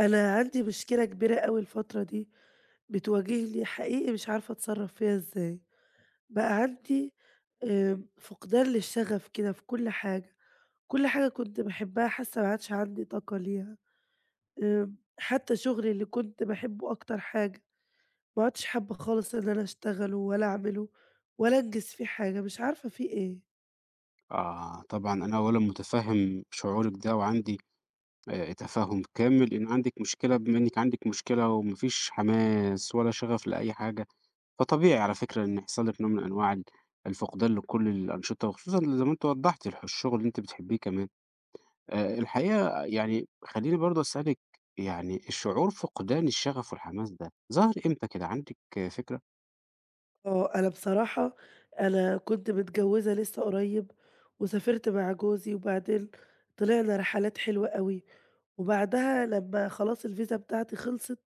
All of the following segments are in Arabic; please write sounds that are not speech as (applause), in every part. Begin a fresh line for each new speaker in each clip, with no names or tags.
أنا عندي مشكلة كبيرة أوي الفترة دي بتواجهني حقيقي. مش عارفة أتصرّف فيها إزاي، بقى عندي فقدان للشغف كده في كل حاجة، كل حاجة كنت باحبها حاسة ما عادش عندي طاقة ليها. حتى شغلي اللي كنت باحبه أكتر حاجة ما عدتش حابة خالص إن أنا أشتغله ولا أعمله ولا أنجز فيه حاجة، مش عارفة في إيه.
آه، طبعًا أنا أولًا مُتفهِّم شعورِك ده، وعندي تفهُّم كامل إن عندِك مشكلة، بما إنِّك عندِك مشكلة وما فيش حماس ولا شغف لأي حاجة، فطبيعي على فكرة إن يحصل لِك نوع من أنواع الفقدان لكل الأنشطة، وخصوصًا زي ما أنتِ وضّحتِ الشغل اللي أنتِ بتحبيه كمان. الحقيقة يعني خلّيني برضه أسألِك، يعني شعور فقدان الشغف والحماس ده ظَهَر إمتى كده، عندِك فكرة؟
آه، أنا بصراحة، أنا كنت متجوزة لسه قريب وسافرت مع جوزي، وبعدين طلعنا رحلات حلوة أوي، وبعدها لمّا خلاص الفيزا بتاعتي خلصت،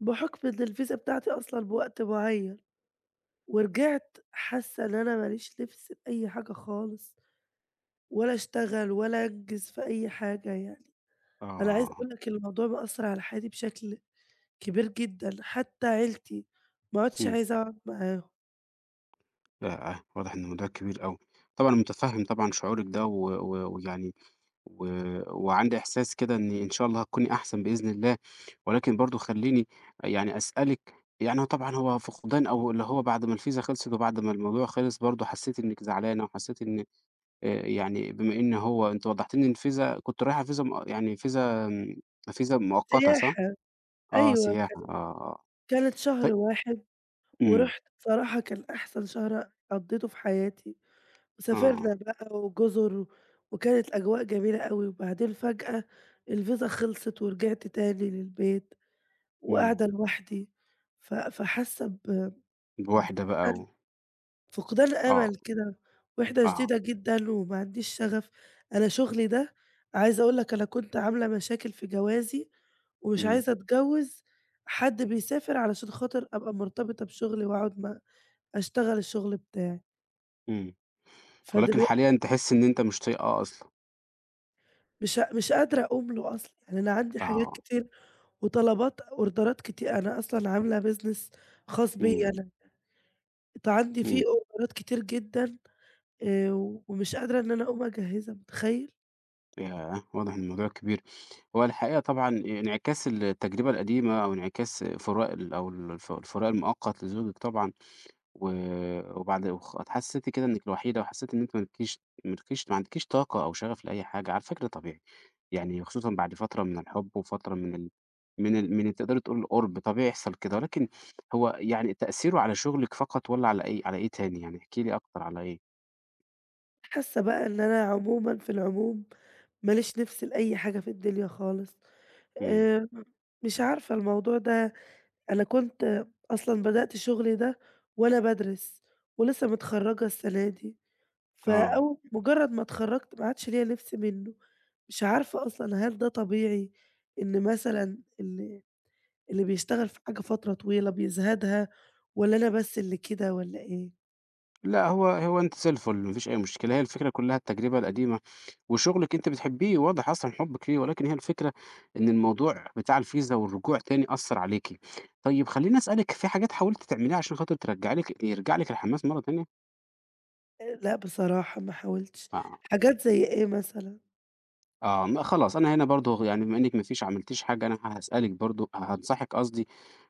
بحُكم إن الفيزا بتاعتي أصلًا بوقت معيّن، ورجعت حاسة إن أنا ما ليش نِفْس لأي حاجة خالص، ولا أشتغل ولا أنجز في أي حاجة يعني. أنا عايزة
آه.
أقول لك الموضوع مأثّر على حياتي بشكل كبير جدًا، حتى عيلتي ما عُدتش
إمم.
عايزة أقعد معاهم.
ياه! واضح إن الموضوع كبير أوي. طبعًا أنا مُتفهِّم طبعًا شعورِك ده و و ويعني و وعندي إحساس كده إن شاء الله هتكوني أحسن بإذن الله، ولكن برضه خلّيني يعني أسألِك، يعني هو طبعًا هو فقدان أو اللي هو بعد ما الفيزا خلصت وبعد ما الموضوع خلص برضه حسّيتِ إنِّك زعلانة وحسّيتِ إن يعني بما إن هو أنتِ وضّحتِ لي إن الفيزا كنتِ رايحة فيزا يعني فيزا فيزا مؤقتة صح؟
سياحة.
آه،
أيوه،
سياحة،
كان
آه، آه.
كانت شهر
طي
واحد.
إمم،
ورُحت بصراحة كان أحسن شهر قضّيته في حياتي. سافرنا
آه،
بقى وجُزر و وكانت أجواء جميلة أوي، وبعدين فجأة الفيزا خلصت ورجعت تاني للبيت
إمم.
وقاعدة لوحدي، ف فحاسة ب
بواحدة بقى
بفقدان
و...
فقدان
آه،
أمل كده، وِحدة
آه،
شديدة جدًا وما عنديش شغف. أنا شغلي ده عايزة أقول لك أنا كنت عاملة مشاكل في جوازي، ومش
إمم،
عايزة أتجوّز حد بيسافر علشان خاطر أبقى مرتبطة بشغلي وأقعد أشتغل الشغل بتاعي.
إمم. ولكن
فدلو
حاليًا تحسّي إن أنت مش طايقاه أصلًا.
مش قادرة أقوم له أصلًا، يعني أنا عندي حاجات
آه،
كتير وطلبات أوردرات كتير، أنا أصلًا عاملة business خاص
إمم،
بيّا أنا. عندي فيه
إمم.
أوردرات كتير جدًا، آآ، ومش قادرة إن أنا أقوم أجهّزها متخيّل؟
ياه! واضح إن الموضوع كبير. هو الحقيقة طبعًا انعكاس التجربة القديمة أو انعكاس فراق أو الفراق المؤقت لزوجِك طبعًا، و وبعد حسيتِ كده إنِّك الوحيدة وحسيتِ إن أنتِ ما لكيش ما عندكيش طاقة أو شغف لأي حاجة، على فكرة طبيعي. يعني خصوصًا بعد فترة من الحب وفترة من تقدري تقولي القُرب، طبيعي يحصل كده. ولكن هو يعني تأثيره على شغلِك فقط والّا على إيه تاني؟ يعني احكي لي أكتر على إيه؟
حاسة بقى إن أنا عمومًا في العموم ما ليش نِفْس لأي حاجة في الدنيا خالص.
إمم.
آآ، مش عارفة الموضوع ده، أنا كنت أصلًا بدأت شغلي ده وأنا بادرس ولسه متخرّجة السنة دي.
آه.
فأول مجرد ما اتخرجت ما عادش ليّا لبس منه، مش عارفة أصلًا هل ده طبيعي إن مثلًا اللي بيشتغل في حاجة فترة طويلة بيزهدها، والّا أنا بس اللي كده والّا إيه؟
لأ، هو أنتِ زي الفل، ما فيش أي مشكلة، هي الفكرة كلّها التجربة القديمة، وشغلِك أنتِ بتحبيه، واضح أصلًا حُبِّك ليه، ولكن هي الفكرة إن الموضوع بتاع الفيزا والرجوع تاني أثّر عليكِ. طيب خلّيني أسألِك، في حاجات حاولتِ تعمليها عشان خاطر ترجّعي لِك يرجع لِك الحماس مرّة تانية؟
لأ بصراحة ما حاولتش،
آه،
حاجات زي إيه مثلًا؟
آه، ما خلاص أنا هنا برضه يعني بما إنِّك ما فيش عملتيش حاجة، أنا هاسألِك برضه هانصحِك قصدي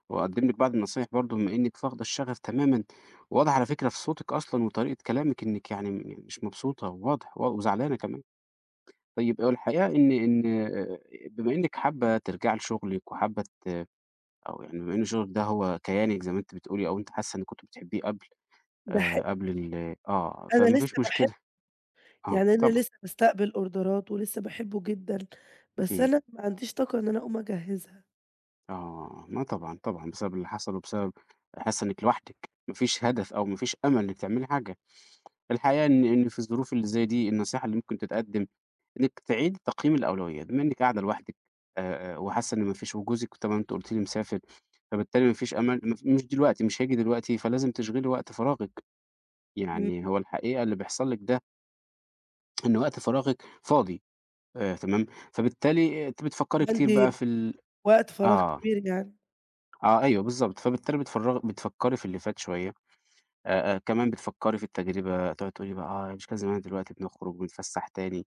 وأقدّم لِك بعض النصايح برضه بما إنِّك فاقدة الشغف تمامًا، واضح على فكرة في صوتِك أصلًا وطريقة كلامِك إنِّك يعني مش مبسوطة، واضح و وزعلانة كمان. طيب هو الحقيقة إن بما إنِّك حابة ترجعي لشغلِك وحابة أو يعني بما إن شغلِك ده هو كيانِك زي ما أنتِ بتقولي أو أنتِ حاسة إنِّك كنتِ بتحبيه قبل
ده ح
آآ قبل ال آه،
أنا
فما
لسه
فيش
باحب
مشكلة. آه،
يعني، أنا
طبعًا.
لسه باستقبل أوردرات ولسه باحبه جدًا، بس
إمم.
أنا ما عنديش طاقة إن أنا أقوم أجهزها.
آه. ما طبعًا، طبعًا بسبب اللي حصل وبسبب حاسة إنِّك لوحدِك، ما فيش هدف أو ما فيش أمل إنِّك تعملي حاجة. الحقيقة إن في الظروف اللي زي دي النصيحة اللي ممكن تتقدم إنِّك تعيدي تقييم الأولويات، بما إنِّك قاعدة لوحدِك وحاسة إن ما فيش، وجوزِك طبعًا أنتِ قُلتِ لي مسافر، فبالتالي ما فيش أمل مش دلوقتي، مش هييجي دلوقتي، فلازم تشغلي وقت فراغِك،
إمم،
يعني هو الحقيقة اللي بيحصل لِك ده إن وقت فراغِك فاضي تمام، فبالتالي أنتِ بتفكّري كتير بقى.
عندي
في ال
وقت فراغ
آه،
كبير يعني.
آه، أيوه بالضبط، فبالتالي بتفكّري في اللي فات شوية، كمان بتفكّري في التجربة، تقعدي تقولي بقى مش لازم أنا دلوقتي بنخرج ونتفسّح تاني،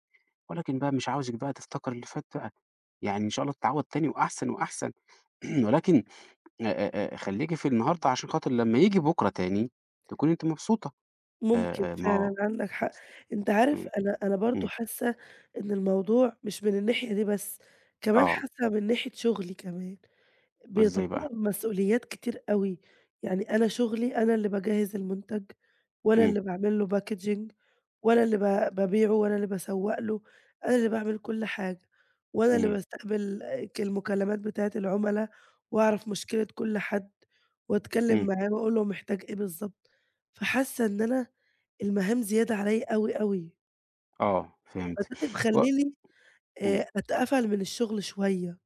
ولكن بقى مش عاوزِك بقى تفتكري اللي فات بقى. يعني إن شاء الله تتعوّد تاني وأحسن وأحسن، (clears throat) ولكن خلّيكِ في النهارده عشان خاطر لمّا ييجي بُكرة تاني تكوني أنتِ مبسوطة.
ممكن
ما هو...
فعلًا عندك حق، أنت عارف
إمم،
أنا برضه
إمم،
حاسة إن الموضوع مش من الناحية دي بس، كمان
آه،
حاسة من ناحية شغلي كمان،
إزاي بقى؟
بيتطلب مسؤوليات كتير أوي، يعني أنا شغلي أنا اللي باجهّز المنتج، وأنا
إمم،
اللي باعمل له packaging، وأنا اللي بابيعه وأنا اللي باسوّق له، أنا اللي باعمل كل حاجة، وأنا اللي
إمم،
باستقبل المكالمات بتاعة العملا، وأعرف مشكلة كل حد، وأتكلم
إمم،
معاه وأقول له محتاج إيه بالضبط، فحاسة إن أنا المهام زيادة عليَّ أوي، أوي،
آه،
فده
فهمت.
اللي
هو...
مخلّيني
إمم.
أتقفل من الشغل شوية.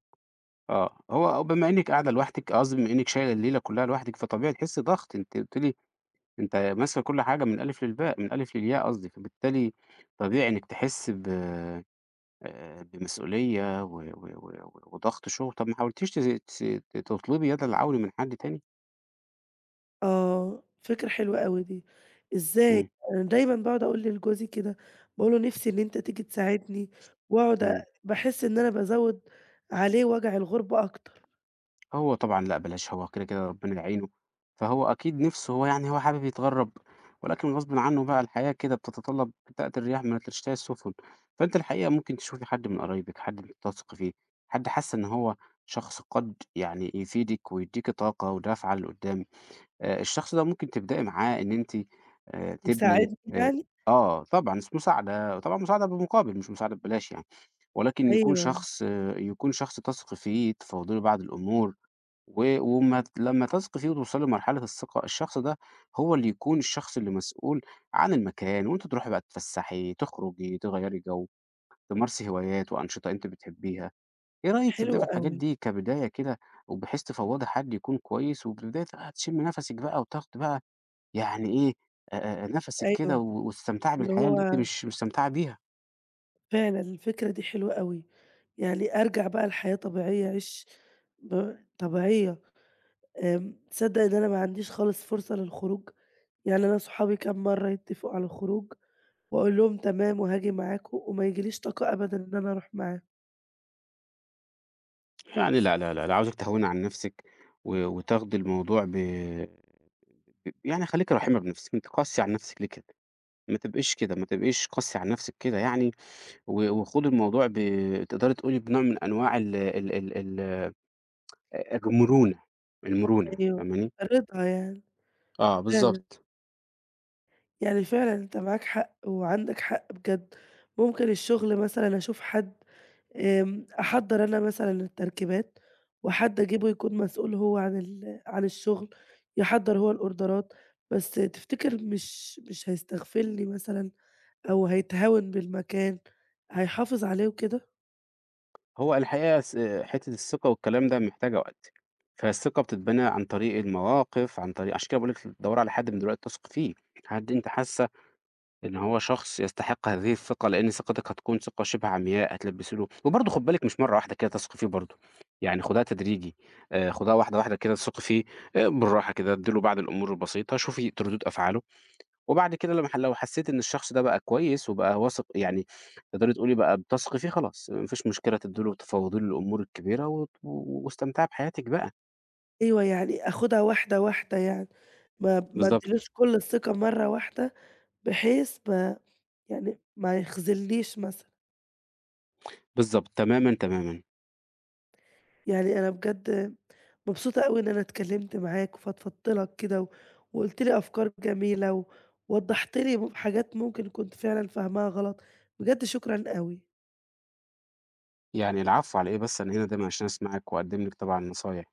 آه، هو بما إنِّك قاعدة لوحدِك قصدي بما إنِّك شايلة الليلة كلّها لوحدِك فطبيعي تحسّي ضغط، أنتِ قُلتِ لي أنت ماسكة كل حاجة من الألِف للباء من الألِف للياء قصدي، فبالتالي طبيعي إنِّك تحسّي ب بمسؤولية و و و و وضغط شغل، طب ما حاولتيش تز تس ت تطلبي يد العون من حد تاني؟
آه، فكرة حلوة أوي دي. إزاي؟
إمم،
أنا دايمًا باقعد أقول لجوزي كده، باقول له: "نفسي إن أنت تيجي تساعدني." وأقعد
إمم.
باحس إن أنا بازوّد عليه وجع الغربة أكتر.
هو طبعًا لأ بلاش هو كده، كده ربنا يعينه، فهو أكيد نِفْسه هو حابب يتغرّب، ولكن غصبٍ عنّه بقى الحياة كده بتتطلّب، تأتي الرياح من تشتهي السُفُن، فأنتِ الحقيقة ممكن تشوفي حد من قرايبِك، حد أنتِ بتثقي فيه، حد حاسّة إن هو شخص قد يعني يفيدِك ويدّيكِ طاقة ودَفعة لقُدّام. الشخص ده ممكن تبدئي معاه إن أنتِ تبني
يساعدني يعني؟
آه طبعًا مساعدة، طبعًا مساعدة بمقابل مش مساعدة ببلاش يعني، ولكن يكون
أيوه،
شخص آه، يكون شخص تثقي فيه، تفاوضي له بعض الأمور، و لمّا تثقي فيه وتوصلي لمرحلة الثقة، الشخص ده هو اللي يكون الشخص اللي مسؤول عن المكان، وأنتِ تروحي بقى تتفسحي، تخرجي، تغيّري جو، تمارسي هوايات وأنشطة أنتِ بتحبيها، إيه رأيك
حلو
تبدئي في الحاجات
أوي،
دي كبداية كده، وبحيث تفوّضي حد يكون كويس، وبداية بقى تشمي نفسِك بقى وتاخدي بقى يعني إيه، نَفَسِك كده
أيوه،
و واستمتاعي
اللي
بالحياة
هو
اللي أنتِ مش مستمتعة بيها.
فعلًا الفكرة دي حلوة أوي، يعني أرجع بقى لحياة طبيعية، أعيش طبيعية. تصدّق إن أنا ما عنديش خالص فرصة للخروج؟ يعني أنا صحابي كام مرّة يتّفقوا على الخروج وأقول لهم تمام وهاجي معاكم وما ييجيليش طاقة أبدًا إن أنا أروح معاهم.
يعني لا، لا، لا، لا، عاوزِك تهوّني عن نَفْسِك و وتاخدي الموضوع ب ب يعني خلّيكِ رحيمة بنَفْسِك، أنتِ قاسية على نَفْسِك ليه كده؟ ما تبقيش كده، ما تبقيش قاسية على نَفْسِك كده يعني و وخُدي الموضوع تقدري تقولي بنوع من أنواع ال ال ال ال المرونة، المرونة
أيوه،
فاهماني؟
رضا يعني،
آه،
فعلًا.
بالضبط.
يعني فعلًا أنت معاك حق وعندك حق بجد. ممكن الشغل مثلًا أشوف حد، أحضّر أنا مثلًا التركيبات وحد أجيبه يكون مسؤول هو عن الشغل، يحضّر هو الأوردرات، بس تفتكر مش هيستغفلني مثلًا؟ أو هيتهاون بالمكان، هيحافظ عليه وكده؟
هو الحقيقة حتّة الثقة والكلام ده محتاجة وقت، فالثقة بتتبنى عن طريق المواقف، عن طريق عشان كده باقول لِك تدوّري على حد من دلوقتي تثقي فيه، حد أنتِ حاسة إن هو شخص يستحق هذه الثقة، لإن ثقتِك هتكون ثقة شِبه عمياء، هتلبّسي له وبرضه خُدي بالِك مش مرّة واحدة كده تثقي فيه برضه، يعني خُدها تدريجي، خُدها واحدة واحدة كده، تثقي فيه بالراحة كده، ادّي له بعض الأمور البسيطة، شوفي ردود أفعاله. وبعد كده لمّا ح لو حسّيت إن الشخص ده بقى كويس وبقى واثق يعني تقدري تقولي بقى بتثقي فيه خلاص، ما فيش مشكلة تدّي له تفوّضي له الأمور الكبيرة واستمتعي بحياتِك بقى.
أيوه، يعني آخُدها واحدة، واحدة يعني، ما ادّيلوش
بالضبط،
كل الثقة مرّة واحدة، بحيث ما يعني ما يخذلنيش مثلًا.
بالضبط، تمامًا، تمامًا.
يعني أنا بجد مبسوطة أوي إن أنا اتكلّمت معاك وفضفضت لك كده و وقُلت لي أفكار جميلة و ووضّحت لي حاجات ممكن كنت فعلًا فاهماها غلط، بجد شكرًا أوي.
يعني العفو على إيه بس، أنا هنا دايمًا عشان أسمعِك وأقدّم لِك طبعًا نصايح.